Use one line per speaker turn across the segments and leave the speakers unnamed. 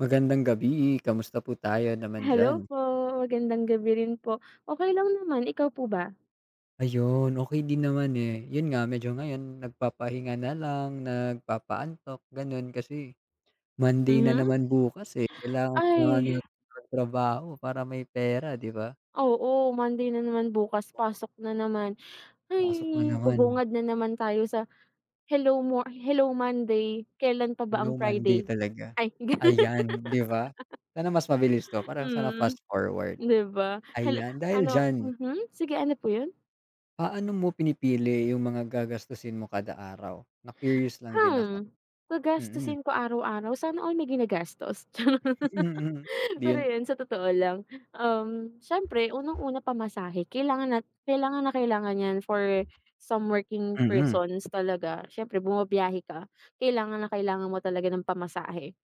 Magandang gabi, kamusta po tayo naman
Hello
diyan?
po, magandang gabi rin po. Okey lang naman, ikaw po ba?
Ayun, okey din naman, eh. Yun nga, medyo ngayon nagpapahinga na lang, nagpapaantok, gano'n. Kasi Monday na
Mhm.
naman bukas, eh, kailangan na nga
Ay,
natin magtrabaho para may pera, 'di ba?
oo, Monday na naman bukas, pasok na naman. Ay,
Pasok na naman,
babungad na naman tayo sa hello Monday, kailan pa ba ang
hello Monday
Friday?
talaga.
Ay, ganun.
Ayan, 'di ba? Sana mas mabilis 'to, parang sana
Mm,
fast forward.
'di ba? Hala,
Ayan, dahil
ano,
diyan,
sige, ano po yun?
paano mo pinipili yung mga gagastusin mo kada araw? Na-curious lang din ako.
Hmm,
Mm.
gagastusin ko araw-araw sana all may ginagastos, charot.
Mm.
Pero
Yun,
yun sa totoo lang, siyempre unang-una pamasahe kailangan na kailangan yan for some working
mm.
persons, talaga siyempre bumabiyahe ka, kailangan na kailangan mo talaga ng pamasahe.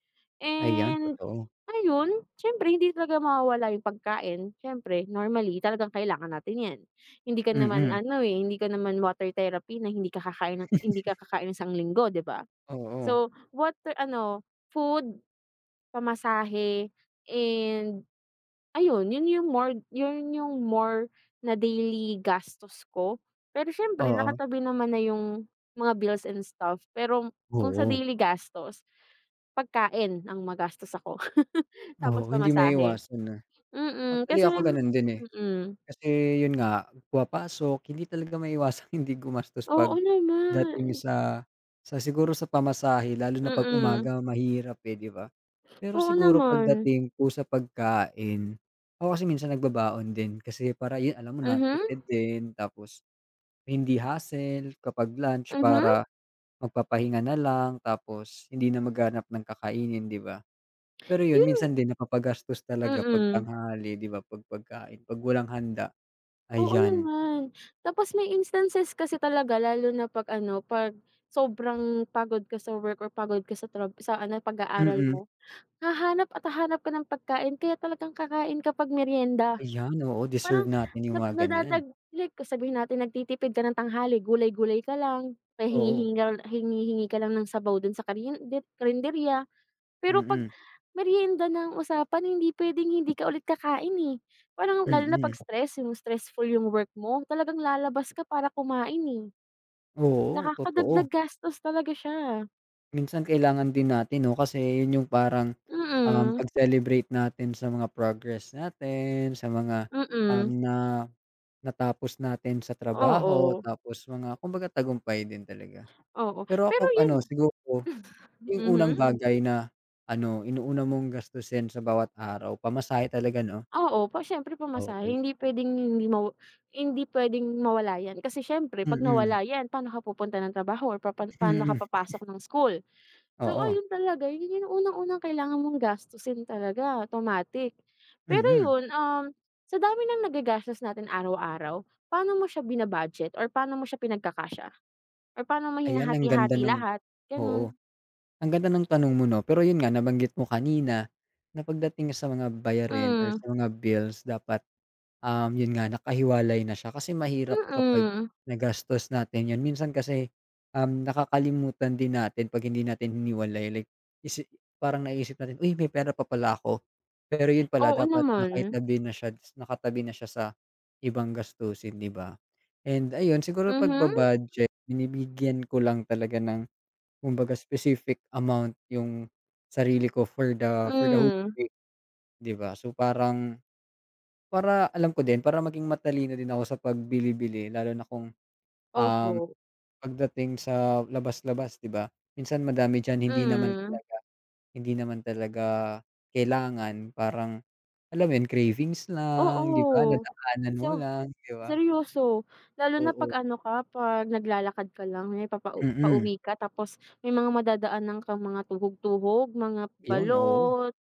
Ayan,
And
totoo.
ayun, siyempre hindi talaga mawawala yung pagkain, siyempre normally talagang kailangan natin yan. Hindi ka naman
Mm.
ano, eh, hindi ka naman water therapy na hindi ka kakain ng isang linggo, 'di ba?
Oo.
So, water ano, food, pamasahe, and ayun, yun yung more na daily gastos ko. Pero siyempre
Oo.
nakatabi naman na yung mga bills and stuff. Pero kung sa
Oo.
daily gastos, pagkain ang magastos ako. Tapos
Oo, hindi
pamasahe.
maiiwasan na. Actually
Kasi
ako
may
ganun din, eh.
mm.
Kasi yun nga, pumapasok, hindi talaga maiiwasang hindi gumastos
Oo
pagdating
naman.
sa siguro sa pamasahe lalo
Mm.
na 'pag
Mm.
umaga mahirap, eh, 'di ba? Pero
Oo
siguro
naman.
pagdating po sa pagkain, ako kasi minsan nagbabaon din kasi para yun alam mo na, tipid
Mhm,
din tapos hindi hassle kapag lunch
mhm,
para magpapahinga na lang tapos hindi na maghahanap ng kakainin, 'di ba? Pero 'yun
yun
minsan din napapagastos talaga 'pag
mm.
tanghali, 'di ba, 'pag pagkain, 'pag walang handa,
Oo
ayan.
naman. Tapos may instances kasi talaga lalo na 'pag ano, 'pag sobrang pagod ka sa work or pagod ka sa sa ano, pag-aaral
Mm,
mo, hahanap at hahanap ka ng pagkain kaya talagang kakain ka 'pag meryenda.
ayan, oo,
Parang
deserve natin yung
na
mga ganiyan.
nadadag like sabihin natin nagtitipid ka ng tanghali, gulay-gulay ka lang, may
Oo,
hingi-hingi ka lang ng sabaw dun sa karyen de karenderya. Pero 'pag
mm,
merienda na ang usapan, hindi puwedeng hindi ka ulit kakain, eh. Parang lalo na 'pag
mm.
stress, yung stressful yung work mo, talagang lalabas ka para kumain, eh.
Oo,
Nakakadagdag
totoo.
gastos talaga siya.
Minsan kailangan din natin 'no, kasi 'yun yung parang,
Mm,
pag-celebrate natin sa mga progress natin, sa mga,
mm.
na natapos natin sa trabaho
Oo,
tapos mga kumbaga tagumpay din talaga.
oo.
Pero
Pero
ako
yun,
ano siguro, yung unang
mhm.
bagay na ano, inuuna mong gastusin sa bawat araw pamasahe talaga 'no?
Oo, siyempre pamasahe
Okey.
hindi puwedeng mawala yan. Kasi siyempre 'pag
Mm,
nawala yan, paano ka pupunta ng trabaho or paano ka
mm,
papasok ng school? So
oo,
ayun talaga, yun yung unang-unang kailangan mong gastusin talaga, automatic. Pero
mm.
yun, sa dami ng nagagastos natin araw-araw, paano mo siya bina-budget or paano mo siya pinagkakasya? Or paano mo
Ayan ang ganda
hinahati-hati
nung
lahat,
oo,
ganun?
ang ganda ng tanong mo 'no, pero yun nga nabanggit mo kanina na pagdating sa mga bayarin or
Hmm,
sa mga bills dapat. Yun nga nakahiwalay na siya kasi mahirap kapag
mm.
nagastos natin yun. Minsan kasi, nakakalimutan din natin 'pag hindi natin hiniwalay like isi parang naisip natin, "Uy, may pera pa pala ako." Pero yun pala
Oo
dapat
naman.
nakaitabi na siya nakatabi na siya sa ibang gastusin, 'di ba? And ayun siguro
Mhm,
pagba-budget binibigyan ko lang talaga ng kumbaga specific amount yung sarili ko for the whole
hmm.
week, 'di ba? So parang para alam ko din, para maging matalino din ako sa pagbili-bili lalo na kung, um,
Opo,
pagdating sa labas-labas 'di ba? Minsan madami diyan
hmm,
hindi naman talaga kailangan parang, alam mo yun cravings lang 'di ba,
oo.
nadaanan mo
So,
lang 'di ba?
seryoso, lalo na
Oo,
'pag ano ka, 'pag naglalakad ka lang, kunyari
mm.
pauwi ka tapos may mga madadaanan kang mga tuhog-tuhog, mga
Yun, oo,
balot,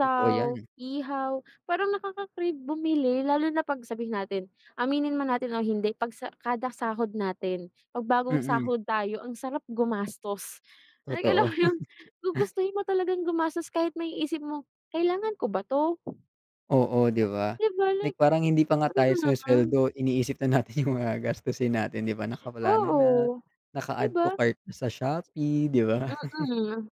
totoo yan.
ihaw, parang nakaka-crave bumili lalo na 'pag sabihin natin, aminin man natin o hindi, 'pag sa kada sahod natin, 'pag bagong
Mm,
sahod tayo ang sarap gumastos. Like alam
totoo.
mo yun, gugustuhin mo talagang gumastos kahit maiisip mo, "Kailangan ko ba 'to?"
Oo, 'di ba?
'Di ba
Like
like,
parang hindi pa nga tayo
mm,
sumusweldo, iniisip na natin yung mga gastusin natin, 'di ba? Nakaplano na,
oo, 'di
naka-add
ba?
to cart na sa Shopee, 'di ba?
Mm.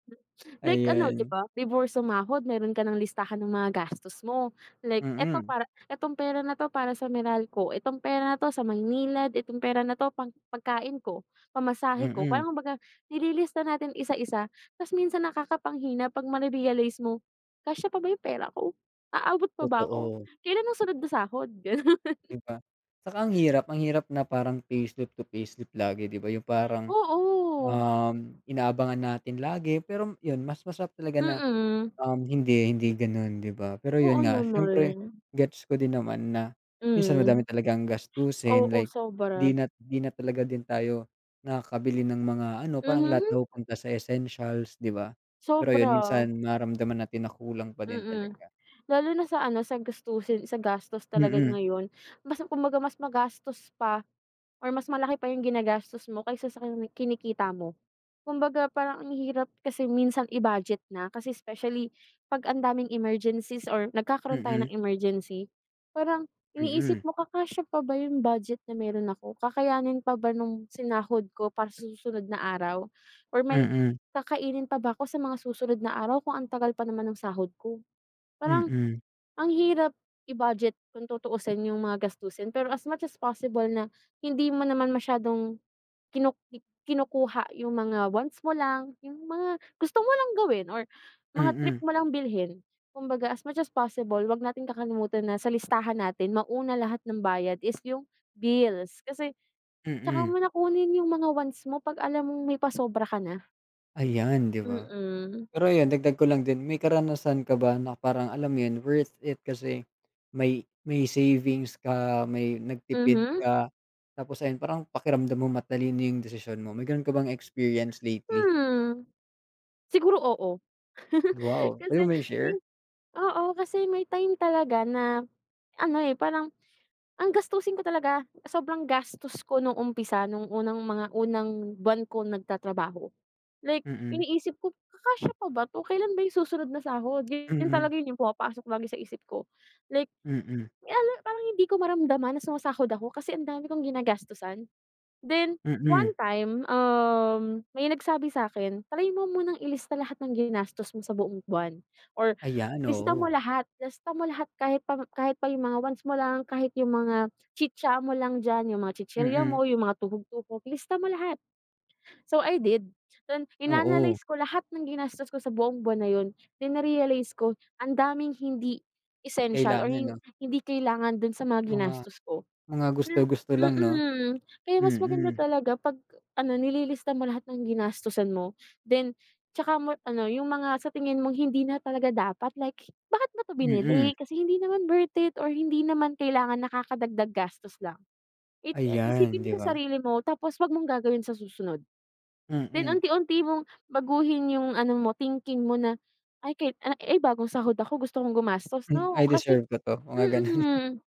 Like ano, 'di
Ayan.
ba, before sumahod meron ka ng listahan ng mga gastos mo. Like, eto
Mm,
para etong pera na 'to para sa Meralco, etong pera na 'to sa Maynilad, etong pera na 'to pang pagkain ko, pamasahe ko.
mm,
Parang kumbaga nililista natin isa-isa, ta's minsan nakakapanghinay 'pag ma-rerealize mo, "Kasya pa ba 'yung pera ko? Aabot pa ba ako?
totoo,
Kailan ang sunod na sahod?" Gano'n.
'di ba? Saka ang hirap na parang payslip to payslip lagi, 'di ba? Yung parang,
Oo.
inaabangan natin lagi pero yun mas masarap talaga na.
Mm.
Hindi gano'n, 'di ba? Pero
Oo
'yun nga, siyempre
naman.
gets ko din naman na minsan
Hmm.
madami talagang gastusin
Oo,
like
sobra.
'di na talaga din tayo nakakabili ng mga ano, parang lahat
Mhm.
napupunta sa essentials, 'di ba? Pero 'yun
Sobra,
minsan nararamdaman natin na kulang pa din
mm.
talaga.
Lalo na sa ano, sa gastos
Mm,
talaga
mm,
ngayon, kumbaga mas magastos pa. Or mas malaki pa yung ginagastos mo kaysa sa kinikita mo. Kumbaga parang ang hirap kasi minsan i-budget na kasi, especially 'pag ang daming emergencies or nagkakaroon tayo ng
mm,
emergency, parang iniisip
mm,
mo kakasya pa ba yung budget na meron ako, kakayanin pa ba nung sinahod ko para sa susunod na araw, or may
mm,
kakainin pa ba ako sa mga susunod na araw kung ang tagal pa naman ng sahod ko.
mm,
Parang
mm,
ang hirap i-budget kung tutuusin yung mga gastusin, pero as much as possible na hindi mo naman masyadong kinu kinukuha yung mga wants mo lang, yung mga gusto mo lang gawin or mga trip
mm.
mo lang bilhin. Kumbaga, as much as possible, 'wag natin kakalimutan na sa listahan natin, mauna lahat ng bayad is yung bills. Kasi tsaka
Mm.
mo na kunin yung mga wants mo 'pag alam mong may pasobra ka na.
Ayan, 'di ba?
Mm.
Pero ayun, dagdag ko lang din, may karanasan ka ba na parang alam mo 'yun, worth it kasi may savings ka, may nagtipid
Mhm.
ka, tapos ayun, parang pakiramdam mo matalino 'yung desisyon mo. May gano'n ka bang experience lately?
Hmm, siguro oo.
Wow, pwede
Kasi
mo ba
may,
share.
oo, kasi may time talaga na ano, eh, parang ang gastusin ko talaga, sobrang gastos ko nung umpisa, nung unang mga unang buwan ko nagtatrabaho. Like
Mm,
iniisip ko, "Kakasya pa ba 'to? Kailan ba 'yung susunod na sahod?" Yun
mm,
talaga yun yung pumapasok lagi sa isip ko. Like,
mm,
ala parang hindi ko maramdaman na sumasahod ako kasi ang dami kong ginagastusan. Then, one
mm.
time, may nagsabi sa akin, "Try mo munang ilista lahat ng ginastos mo sa buong buwan, or
Ayan, oo.
lista mo lahat kahit pa yung mga wants mo lang, kahit yung mga chicha mo lang dyan, yung mga chichirya
Mm,
mo, yung mga tuhog-tuhog, lista mo lahat." So, I did. Then,
oo.
inanalyze ko lahat ng ginastos ko sa buong buwan na yun, then na-realize ko ang daming hindi essential or
Kailangan 'no,
hindi kailangan dun sa mga
mga
ginastos ko.
mga
Na,
gusto-gusto lang 'no?
mm. Kaya mas maganda
Mm,
talaga 'pag ano, nililista mo lahat ng ginastusan mo, then tsaka mo ano, yung mga sa tingin mong hindi na talaga dapat, like, "Bakit mo 'to
mm.
binili? Kasi hindi naman worth it or hindi naman kailangan, nakakadagdag gastos lang." It ah,
Ayan,
isipin mo
'di ba?
sa sarili mo tapos 'wag mong gagawin sa susunod. Then
Mm-mm.
unti-unti mong baguhin yung ano mo, thinking mo na, "Ay, ay, bagong sahod ako, gusto kong gumastos."
Mm, hmm,
No,
I
kasi
deserve ko 'to, mga gano'n.
mm.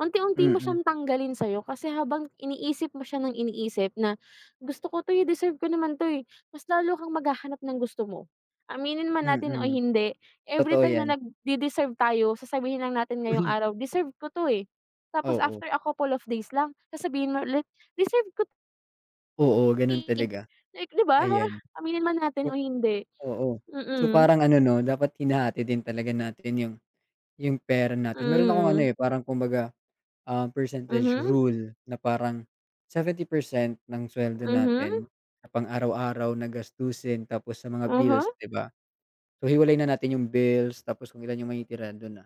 Unti-unti mo
Mm.
siyang tanggalin sa'yo kasi habang iniisip mo siya ng iniisip na, "Gusto ko 'to, eh, deserve ko naman 'to, eh," mas lalo kang maghahanap ng gusto mo. Aminin man natin o
Mm,
hindi,
totoo
everytime na
'yan.
nagde-deserve tayo sasabihin lang natin ngayong araw, "Deserve ko 'to, eh." Tapos
Oo,
after a couple of days lang sasabihin mo ulit, "Deserve ko 'to,
oo, gano'n
eh."
talaga,
Like, 'di ba, parang
ayan.
aminin man natin
So
o hindi.
oo. So
Mm,
parang ano 'no, dapat hinahati din talaga natin yung pera natin. Meron akong ano,
mm.
eh, parang kumbaga, percentage
Mhm,
rule na parang 70% ng suweldo
mhm,
natin sa pang-araw-araw na gastusin tapos sa mga
uh-huh,
bills, 'di ba? So hiwalay na natin yung bills tapos kung ilan yung may manitira do'n.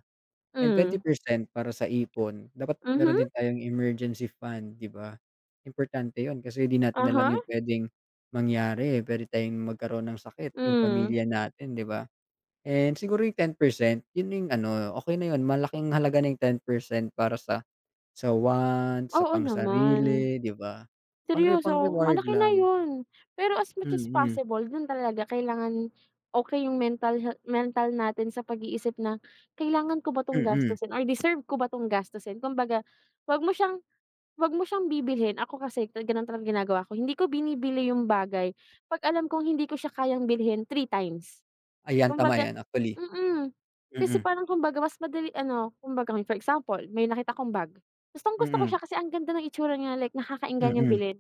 And twenty
hmm,
percent para sa ipon. Dapat
mhm,
meron din tayong emergency fund, 'di ba? Importante yon, kasi di natin alam
uh
yung puwedeng mangyari, eh, puwede tayong magkaroon ng sakit, yung
hmm.
pamilya natin, 'di ba? And siguro yung 10%, yun yung ano, okay na yun, malaking halaga ng 10% para sa wants, sa
Oo naman,
pangsarili, 'di ba?
seryoso
Pang-reward
malaki na
lang.
yun. Pero as much as
Mm,
possible dun talaga kailangan okey yung mental natin sa pag-iisip na, "Kailangan ko ba 'tong
mm.
gastusin or deserve ko ba 'tong gastusin?" Kumbaga, 'wag mo siyang 'wag mo siyang bibilhin. Ako kasi ganun talaga ginagawa ko, hindi ko binibili yung bagay 'pag alam kong hindi ko siya kayang bilhin three times.
Ayan, tama
Kumbaga,
'yan actually.
mm. Kasi
Mm,
parang kumbaga mas madali ano, kumbaga for example, may nakita kong bag, gustong-gusto ko
mm,
siya kasi ang ganda ng itsura niya, like nakakaenggan niyang
mm,
bilhin.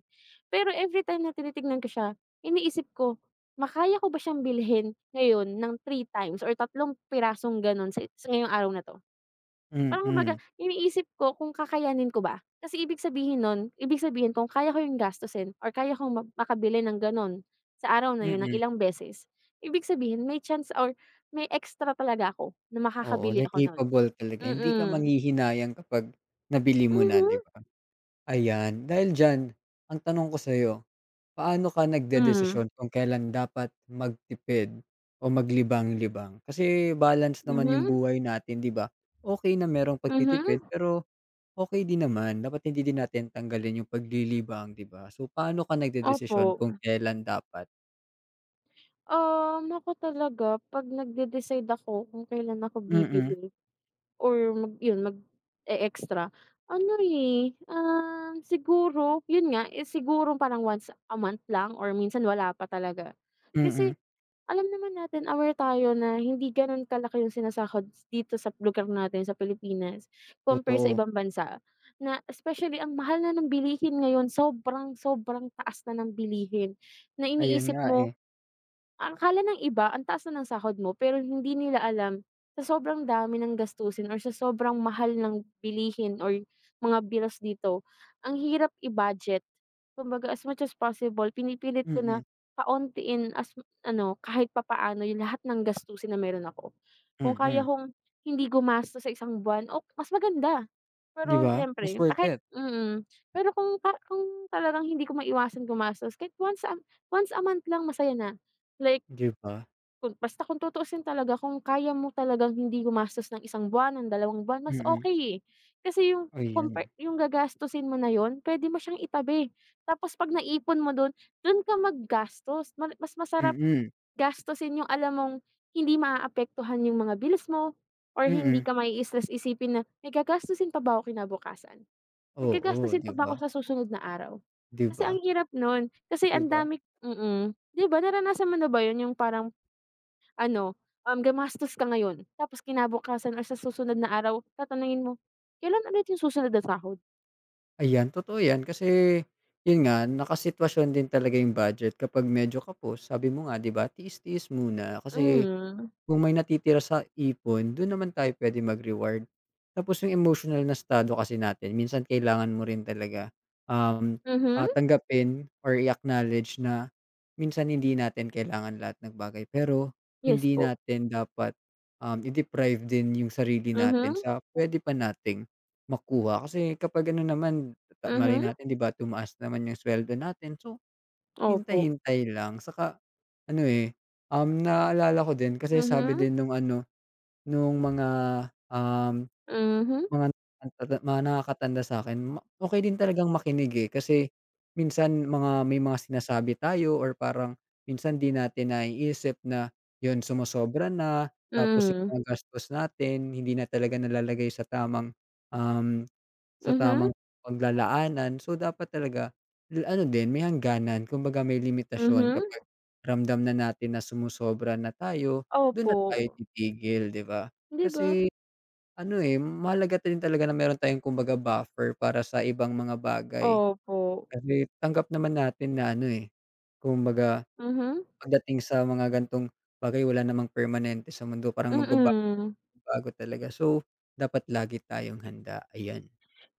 Pero everytime na tinitignan ko siya, iniisip ko, "Makaya ko ba siyang bilhin ngayon ng three times or tatlong pirasong gano'n sa ngayong araw na 'to?" Parang kumbaga
mm,
iniisip ko kung kakayanin ko ba. Kasi ibig sabihin nun, ibig sabihin kung kaya ko yung gastusin or kaya kong makabili ng ganun sa araw na yun ng
mm.
ilang beses, ibig sabihin may chance or may extra talaga ako na
Oo,
makakabili
like
ako nun.
capable talaga, hindi ka
Mm.
manghihinayang kapag nabili mo na, 'di
Mhm.
ba? Ayan, dahil diyan, ang tanong ko sa'yo, paano ka
Hmm.
nagdedesisyon kung kailan dapat magtipid o maglibang-libang? Kasi balance naman yung
Mhm,
buhay natin, 'di ba? Okay na merong pagtitipid,
mhm.
pero okay din naman, dapat hindi din natin tanggalin yung paglilibang, 'di ba? So, paano ka nagdedesisyon
Opo.
kung kailan dapat?
Ako talaga 'pag nagde-decide ako kung kailan ako
Mm,
bibili. Or mag-e-extra ano, eh, siguro yun nga, eh, siguro parang once a month lang or minsan wala pa talaga. Kasi
mm,
alam naman natin aware tayo na hindi gano'n kalaki yung sinasahod dito sa lugar natin sa Pilipinas compare sa
totoo.
ibang bansa, na especially ang mahal na ng bilihin ngayon, sobrang, sobrang taas na ng bilihin na
Ayun
iniisip
nga,
mo
eh.
ang akala ng iba ang taas na ng sahod mo pero hindi nila alam sa sobrang dami ng gastusin or sa sobrang mahal ng bilihin or mga bills dito, ang hirap i-budget. Kumbaga as much as possible pinipilit ko na
Mm,
kauntiin ano, kahit papaano yung lahat ng gastusin na meron ako. Kung kaya
mm.
kong hindi gumastos sa isang buwan, o mas maganda.
'Di
Pero
ba? Mas
siyempre
worth
kahit
it.
mm. Pero kung talagang hindi ko maiwasang gumastos kahit once a month lang, masaya na. Like
'Di ba?
kung tutuusin talaga kung kaya mo talagang hindi gumastos ng isang buwan, ng 2 buwan, mas
Mm,
okay eh. Kasi yung compare
ayan.
yung gagastusin mo na yun puwede mo siyang itabi. Tapos 'pag naipon mo dun, dun ka maggastos. Mas masarap
Mm,
gastusin yung alam mong hindi maaapektuhan yung mga bills mo or hindi
mm.
ka may stress isipin na, "May gagastusin pa ba ako kinabukasan? May
Oo,
gagastusin
'di
pa ba
ba?
ako sa susunod na araw?"
'Di
Kasi
ba?
ang hirap nun, kasi
'Di
ang
ba?
dami mm. 'Di ba naranasan mo na ba yun yung parang ano, gumastos ka ngayon tapos kinabukasan or sa susunod na araw tatanungin mo, "Kailan ulit yung susunod na sahod?"
Ayan, totoo 'yan kasi 'yun nga, nakasitwasyon din talaga 'yung budget kapag medyo kapos. Sabi mo nga 'di ba, tiis-tiis muna kasi
Hmm,
kung may natitira sa ipon, dun naman tayo pwede mag-reward. Tapos yung emotional na estado kasi natin minsan kailangan mo rin talaga, um,
mhm,
tanggapin or i-acknowledge na minsan hindi natin kailangan lahat ng bagay. Pero
yes
hindi
po.
natin dapat, i-deprive din yung sarili
Mhm,
natin sa pwede pa nating makuha. Kasi kapag ano naman, ta malay
mhm,
natin 'di ba tumaas naman yung sweldo natin so
opo.
hintay-hintay lang saka ano, eh, naalala ko din kasi sabi
Mhm,
din nung ano, nung mga, um,
mhm,
mga nakakatanda sa'kin ma okey din talagang makinig, eh, kasi minsan mga may mga sinasabi tayo or parang minsan 'di natin naiisip na 'yun sumosobra na tapos yung
mm,
mga gastos natin hindi na talaga nalalagay um sa
mhm,
tamang paglalaanan. So, dapat talaga ano din, may hangganan. Kumbaga may limitasyon
mhm,
kapag ramdam na natin na sumusobra na tayo,
opo.
do'n na tayo titigil, 'di ba?
'Di ba?
Kasi ano, eh, mahalaga din talaga na meron tayong kumbaga buffer para sa ibang mga bagay.
Opo,
Kasi tanggap naman natin na ano, eh, kumbaga
mhm,
pagdating sa mga ganitong bagay wala namang permanente sa mundo, parang magbabago-bago
mm.
talaga. So, dapat lagi tayong handa, ayan.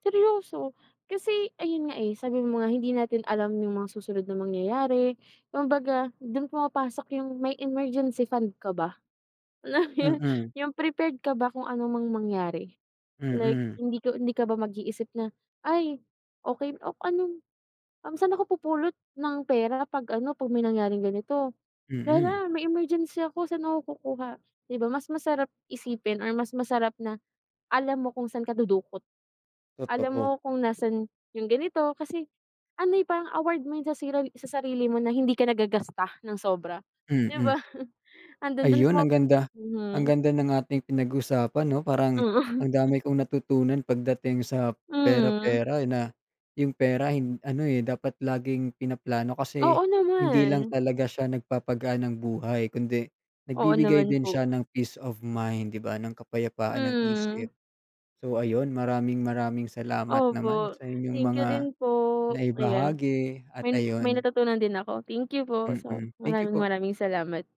Seryoso, kasi ayun nga, eh, sabi mo nga hindi natin alam yung mga susunod na mangyayari, kumbaga dun pumapasok yung may emergency fund ka ba? Alam mo yun,
Mm,
yung prepared ka ba kung ano mang mangyari? Like
mm.
hindi ka ba mag-iisip na, "Ay, okey o ano, saan ako pupulot ng pera 'pag ano, 'pag may nangyaring ganito?
Mm.
Hala, may emergency ako, saan ako kukuha?" 'Di ba mas masarap isipin or mas masarap na alam mo kung saan ka dudukot. Alam mo
Totoo.
kung nasaan yung ganito kasi ano, eh, parang award mo yun sa sa sarili mo na hindi ka nagagasta ng sobra, 'di ba?
Mm.
Andun, dun
Ayun
mo,
ang
mhm,
ganda ng ating pinag-usapan 'no, parang
oo.
ang dami kong natutunan pagdating sa
Hmm,
pera-pera, eh, na yung pera ano, eh, dapat laging pinaplano kasi
oo
hindi
naman.
lang talaga siya nagpapagaan ng buhay kundi
Oo naman
nagbibigay din
po.
siya ng peace of mind, 'di ba, ng kapayapaan ng isip.
Hmm,
So ayun, maraming-maraming salamat naman
opo.
sa inyong
Thank you
mga
din po. Ayan,
naibahagi at
may
ayun,
natutunan din ako. Thank you po. So,
mm. Thank you
maraming
po.
maraming salamat.